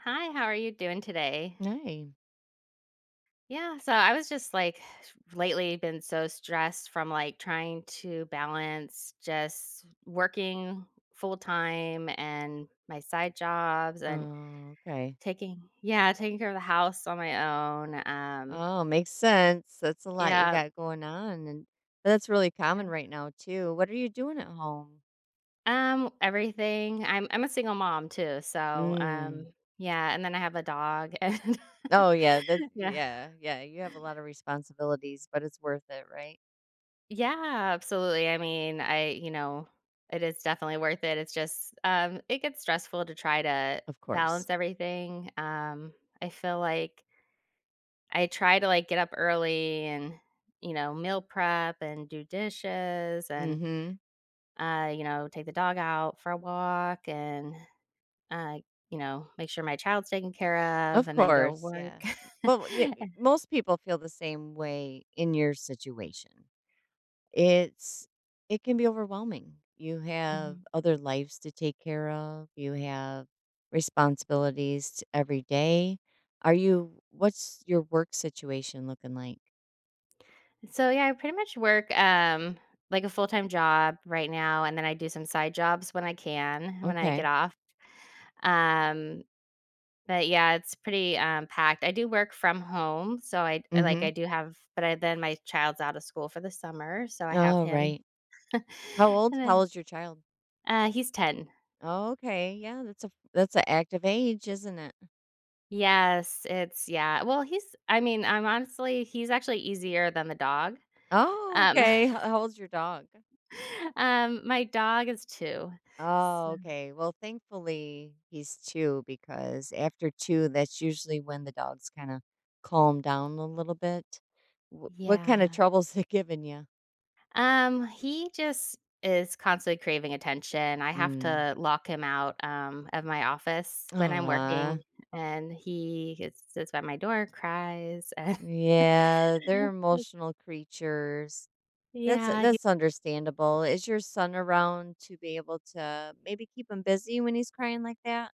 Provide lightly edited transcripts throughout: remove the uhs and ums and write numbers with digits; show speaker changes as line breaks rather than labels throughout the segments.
Hi, how are you doing today?
Right.
Yeah, so I was just lately been so stressed from trying to balance just working full time and my side jobs and
Oh, okay.
taking care of the house on my own.
Oh, makes sense. That's a lot you
Yeah,
got going on, and that's really
yeah.
common right now too. What are you doing at home?
Everything. I'm a single mom too, so
Mm.
um yeah, and then I have a dog and
Oh, yeah. That's
yeah.
yeah, yeah. You have a lot of responsibilities, but it's worth it, right?
Yeah, absolutely. I mean, it is definitely worth it. It's just it gets stressful to try to
Of course.
balance everything. I feel like I try to get up early and meal prep and do dishes and
Mm-hmm.
take the dog out for a walk and uh, make sure my child's taken care of
Of
and then go
course.
work.
Yeah. Well, yeah, most people feel the same way in your situation. It's it can be overwhelming. You have
Mhm.
other lives to take care of. You have responsibilities t every day. Are you What's your work situation looking like?
So yeah, I pretty much work like a full-time job right now and then I do some side jobs when I can when I
Okay.
get off. Um but yeah, it's pretty packed. I do work from home, so
Mhm.
I do have but then my child's out of school for the summer, so I have
Oh,
him.
right.
And
How old? How
then
old's your child?
he's 10.
Oh, okay. Yeah, that's an active age, isn't it?
Yes, it's yeah. Well, he's I mean, I'm honestly he's actually easier than the dog.
Oh,
Um
okay. How old's your dog?
my dog is 2.
Oh,
So
okay. Well, thankfully he's 2 because after 2, that's usually when the dogs kinda calm down a little bit. Wh what kinda
yeah.
troubles it giving you?
He just is constantly craving attention. I
Mm.
have
Mm.
to lock him out of my office when I'm working, and sits by my door, cries, and
Yeah, they're emotional creatures.
yeah, he.
That's understandable. Is your son around to be able to maybe keep him busy when he's crying like that?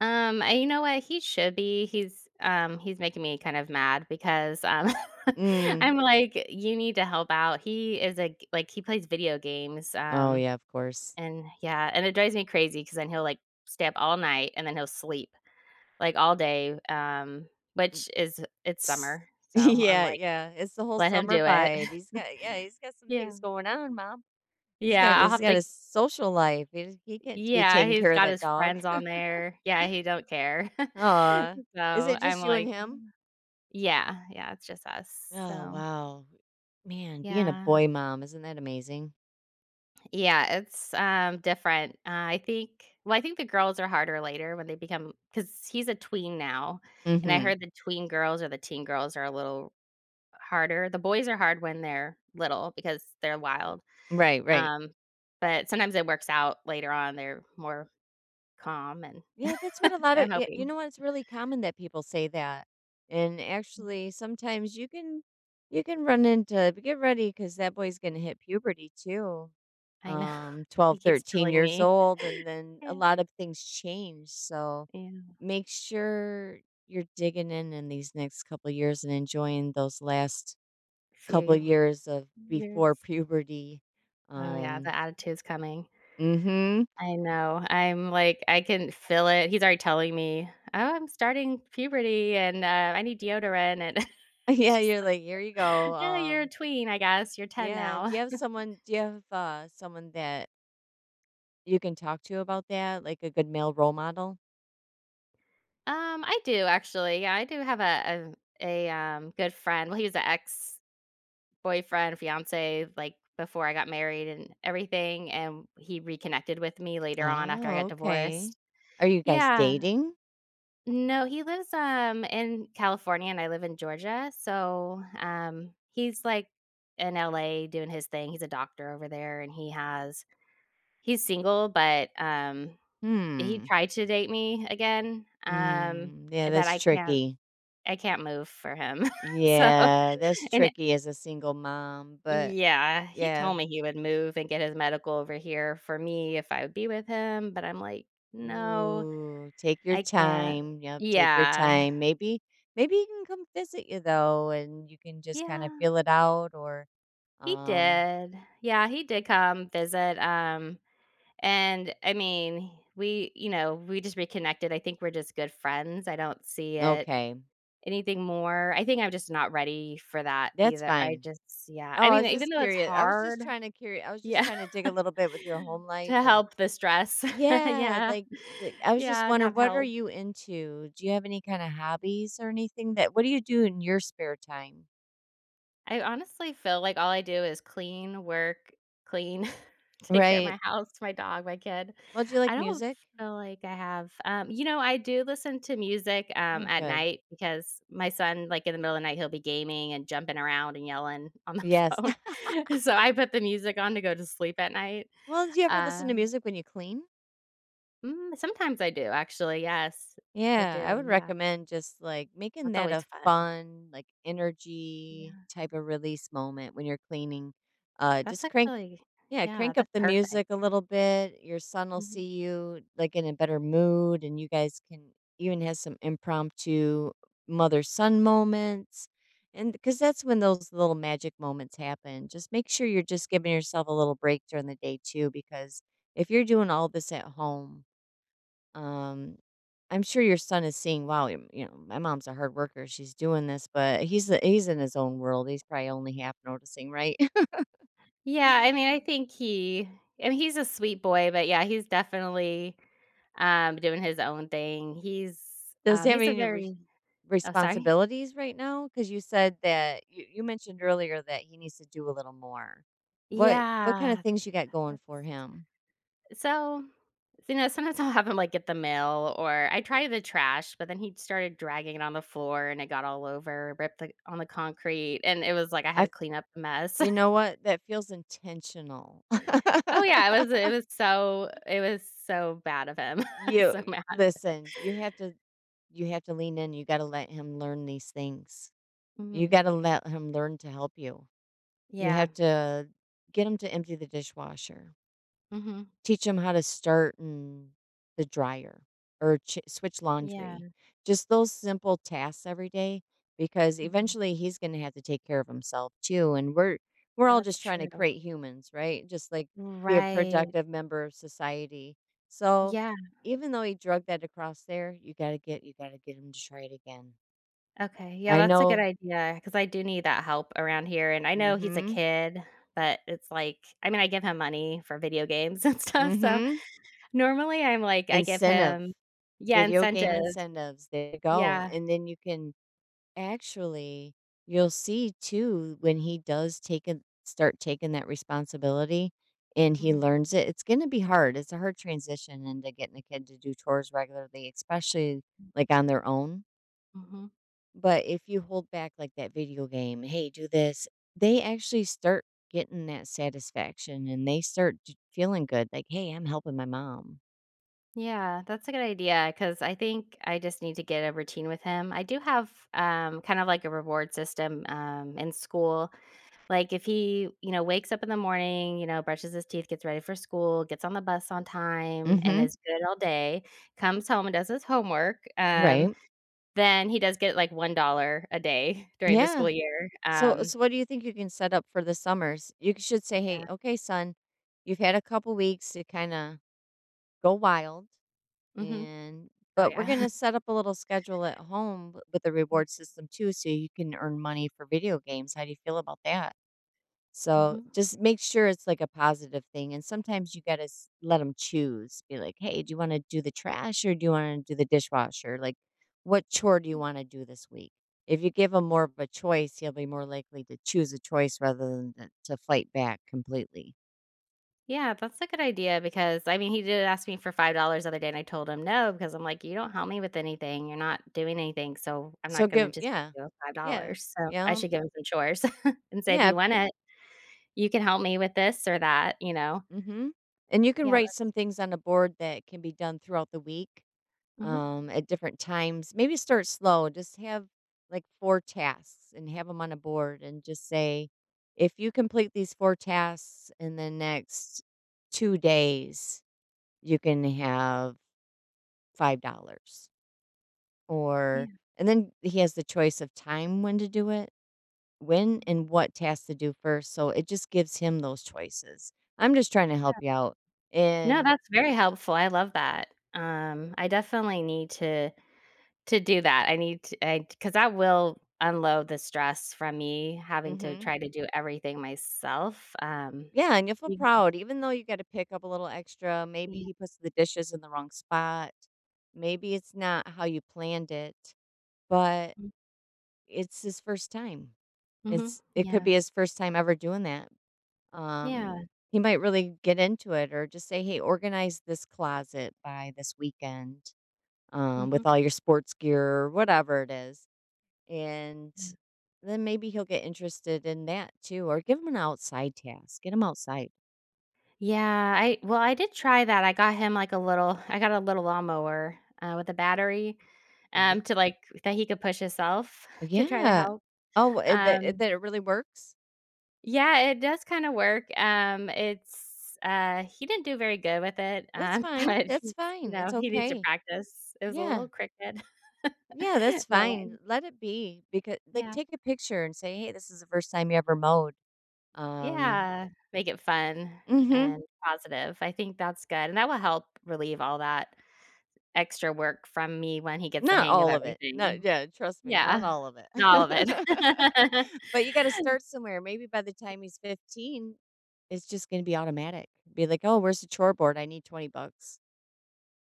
And you know what? He should be. He's making me kind of mad because
Mm.
I'm like, you need to help out. He is a g- like He plays video games.
Oh, yeah, of course.
And yeah, and it drives me crazy because then he'll stay up all night and then he'll sleep like, all day, which is it's
S
summer, so I'm
Yeah,
like,
yeah, it's the whole
"Let him
summer
do it."
vibe. He's got yeah, he's got some
Yeah.
things going on, mom.
Yeah, I'll
He's
have
got
to.
a social life. He can't be
Yeah,
taking
he's
care of
got
that
his
dog.
friends on there. Yeah, he don't care.
Aw, is
So,
it
I'm
just you and
like,
him?
yeah, yeah, it's just us,
Oh,
so.
wow. Man, being a
Yeah.
boy mom, isn't that amazing?
Yeah, it's, different. I think the girls are harder later when they become because he's a tween now, and I
Mhm.
heard the tween girls or the teen girls are a little harder. The boys are hard when they're little because they're wild,
Right, right.
um, but sometimes it works out later on, they're more calm and
Yeah, that's what a lot of
I'm
y you
hoping.
know what, it's really common that people say that, and
Mhm.
actually, sometimes you can run into but get because that boy's gonna hit puberty too,
I know. He
12,
keeps
13
telling
years
me.
old, and then a
Yeah.
lot of things change, so
Yeah.
make sure you're digging in these next couple of years and enjoying those last couple
Few
of years of before
years.
puberty,
Oh, yeah,
um
the attitude's coming.
Mhm.
I know. I'm like, I can feel it. He's already telling me, "Oh, I'm starting puberty and, I need deodorant," and
Yeah,
just
you're
like,
like, "Here you go,"
"Oh, you're a tween, I guess. You're 10
Yeah.
now."
Do you have, someone that you can talk to about that, like a good male role model?
I do actually. Yeah, I do have a good friend. Well, he was an ex boyfriend, fiance, like before I got married and everything, and he reconnected with me later on after I
Oh,
got
okay.
divorced.
Are you guys
Yeah.
dating?
No, he lives in California and I live in Georgia. So he's like in LA doing his thing. He's a doctor over there and he's single, but he
Hmm.
tried to date me again.
Mm, yeah,
But
that's tricky.
I can't move for him. So
Yeah, that's
and it
tricky as a single mom, but
yeah, he
yeah.
told me he would move and get his medical over here for me if I would be with him, but I'm like, "No,
Ooh, take your
I can't."
time. Yep, take your
Yeah.
time. Maybe he can come visit you though and you can just kind of
Yeah,
feel it out or
he
um
did. Yeah, he did come visit, and, I mean, we just reconnected. I think we're just good friends. I don't see it
okay.
anything more. I think I'm just not ready for that
That's
either. I
fine.
just yeah,
Oh,
I
I
mean,
was
even
just
though it's
curious.
hard
I was just
Yeah.
trying to dig a little bit with your home life
To
and
help the stress.
yeah,
Yeah.
like d I was just
Yeah, and
wondering,
have
what are
help.
you into? Do you have any kinda hobbies or anything that what do you do in your spare time?
I honestly feel like all I do is clean, work, clean, take care of
Right.
my house, my dog, my kid.
Well, do you like
I don't
music?
feel like I have, You know, I do listen to music,
Oh,
at
good.
night because my son, like, in the middle of the night, he'll be gaming and jumping around and yelling on the
Yes.
phone. So I put the music on to go to sleep at night.
Well, do you ever listen to
Um,
music when you clean?
mm, sometimes I do, actually, yes. I
Yeah, I
do,
would
yeah.
recommend just, like, making
That's
that
always
a
fun.
fun, like, energy
Yeah.
type of release moment when you're cleaning.
That's
Just crank
actually
Yeah,
yeah,
crank up
that's
the
perfect.
music a little bit. Your son will see
Mhm.
you like in a better mood, and you guys can even have some impromptu mother son moments. And because that's when those little magic moments happen. Just make sure you're just giving yourself a little break during the day, too, because if you're doing all this at home, um, I'm sure your son is seeing, wow, you know, my mom's a hard worker. She's doing this, but he's in his own world. He's probably only half noticing, right?
Yeah, I mean, I mean, he's a sweet boy, but yeah, he's definitely, doing his own thing.
Does he have
He's a
any res
very oh, sorry?
responsibilities right now? Because you said that you mentioned earlier that he needs to do a little more. What kinda
Yeah,
things you got going for
that's
him?
so, you know, sometimes I'll have him, like, get the mail or I try the trash, but then he started dragging it on the floor, and it got all over, ripped the on the concrete, and it was like I
I
had
f
to clean up the mess.
you know what? That feels intentional.
Oh, yeah, it was so bad of him.
You
So mad.
listen, you have to lean in, you gotta let him learn these things. You
Mhm.
gotta let him learn to help you. You
Yeah.
have to get him to empty the dishwasher.
Mhm.
Teach 'em how to start and the dryer or ch switch laundry.
Yeah.
Just those simple tasks every day because
Mhm.
eventually he's gonna have to take care of himself too, and we're all
That's
just trying to
true.
create humans, right? Just, like, be a
Right.
productive member of society. So,
Yeah.
even though he drug that across there, you gotta get him to try it again.
Okay. Yeah,
I
that's a good
know
idea because I do need that help around here, and I know he's a
mhm,
kid, but it's like I mean, I give him money for video games and stuff, so
mhm.
normally, I'm like I give
Incentive.
him yeah,
Video game
incentives.
incentives, there you go,
Yeah.
and then you can Actually, you'll see too when he does take a start taking that responsibility and he
Mhm,
learns it, it's gonna be hard. It's a hard transition into getting a kid to do chores regularly, especially like on their own.
mhm.
But if you hold back like that video game, hey, do this, they actually start getting that satisfaction and they start feeling good, like, hey, I'm helping my mom.
Yeah, that's a good idea because I think I just need to get a routine with him. I do have, kind of like a reward system, in school. Like, if he, you know, wakes up in the morning, you know, brushes his teeth, gets ready for school, gets on the bus on time, and
Mm-hmm.
is good all day, comes home and does his homework,
Right.
then he does get, like, $1 a day during the
Yeah.
school year,
So, so what do you think you can set up for the summers? You should say, "Hey,
Yeah.
okay, son, you've had a couple weeks to kind of go wild,
Mhm.
and
Oh,
but we're
yeah.
gonna set up a little schedule at home with a
Yeah.
reward system too, so you can earn money for video games. How do you feel about that?" So
Mhm.
just make sure it's like a positive thing. And sometimes you got to let them choose. Be like, hey, do you want to do the trash or do you want to do the dishwasher? Like, what chore do you want to do this week? If you give them more of a choice, he'll be more likely to choose a choice rather than to fight back completely.
Yeah, that's a good idea because, I mean, he did ask me for $5 the other day, and I told him no because I'm like, "You don't help me with anything, you're not doing anything, so I'm
So
not gonna
give,
just give
yeah,
you
yeah,
$5." So, I
yeah,
should give him some chores and say, "If
yeah.
you want it, you can help me with this or that, you know?
hmm And you can
Yeah,
write some things on a board that can be done throughout the week
but mhm,
at different times. Maybe start slow. Just have like four tasks and have them on a board and just say, if you complete these four tasks in the next 2 days, you can have $5. Or,
yeah,
and then he has the choice of time when to do it, when
mhm.
and what task to do first. So it just gives him those choices. I'm just trying to help you out.
No,
And,
that's very helpful, I love that. I definitely need to do that. I need to I because that will unload the stress from me having to
mm-hmm.
try to do everything myself,
Yeah, and you'll feel
Y
proud even though you gotta pick up a little extra, maybe
yeah,
he puts the dishes in the wrong spot, maybe it's not how you planned it, but
mm,
it's his first time.
mhm,
It could be
yeah,
his first time ever doing that.
yeah,
He might really get into it or just say, "Hey, organize this closet by this weekend, with
mhm,
all your sports gear," or whatever it is, and
yeah.
then maybe he'll get interested in that too, or give him an outside task, get him outside.
Yeah, I well, I did try that, I got him, like, a little I got a little lawnmower, with a battery, to, like that he could push himself to try to
Yeah.
help.
Oh, eh,
Um,
that it really works?
yeah, it does kinda work, it's, he didn't do very good with it, but
That's
he's you
fine, it's
know, he needs to
okay.
practice. It was a
Yeah.
little crooked.
Yeah, that's fine,
mowing.
let it be because, like,
Yeah.
take a picture and say, "Hey, this is the first time you ever mowed." Um
Yeah, make it fun
Mhm.
and positive. I think that's good, and that will help relieve all that extra work from me when he gets the
Not
hang of
all of it. Not
everything.
yeah, trust me, not
Yeah,
all of it.
not all of it.
But you gotta start somewhere, maybe by the time he's 15, it's just gonna be automatic. Be like, "Oh, where's the chore board? I need 20 bucks."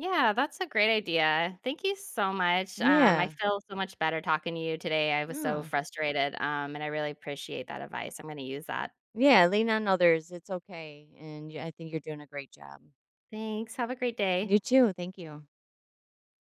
Yeah, that's a great idea. Thank you so much. I
Yeah.
feel so much better talking to you today. I was so
Yeah.
frustrated, and I really appreciate that advice. I'm going to use that.
Yeah, lean on others, it's okay, and yeah, I think you're doing a great job.
Thanks. Have a great day.
You too, thank you.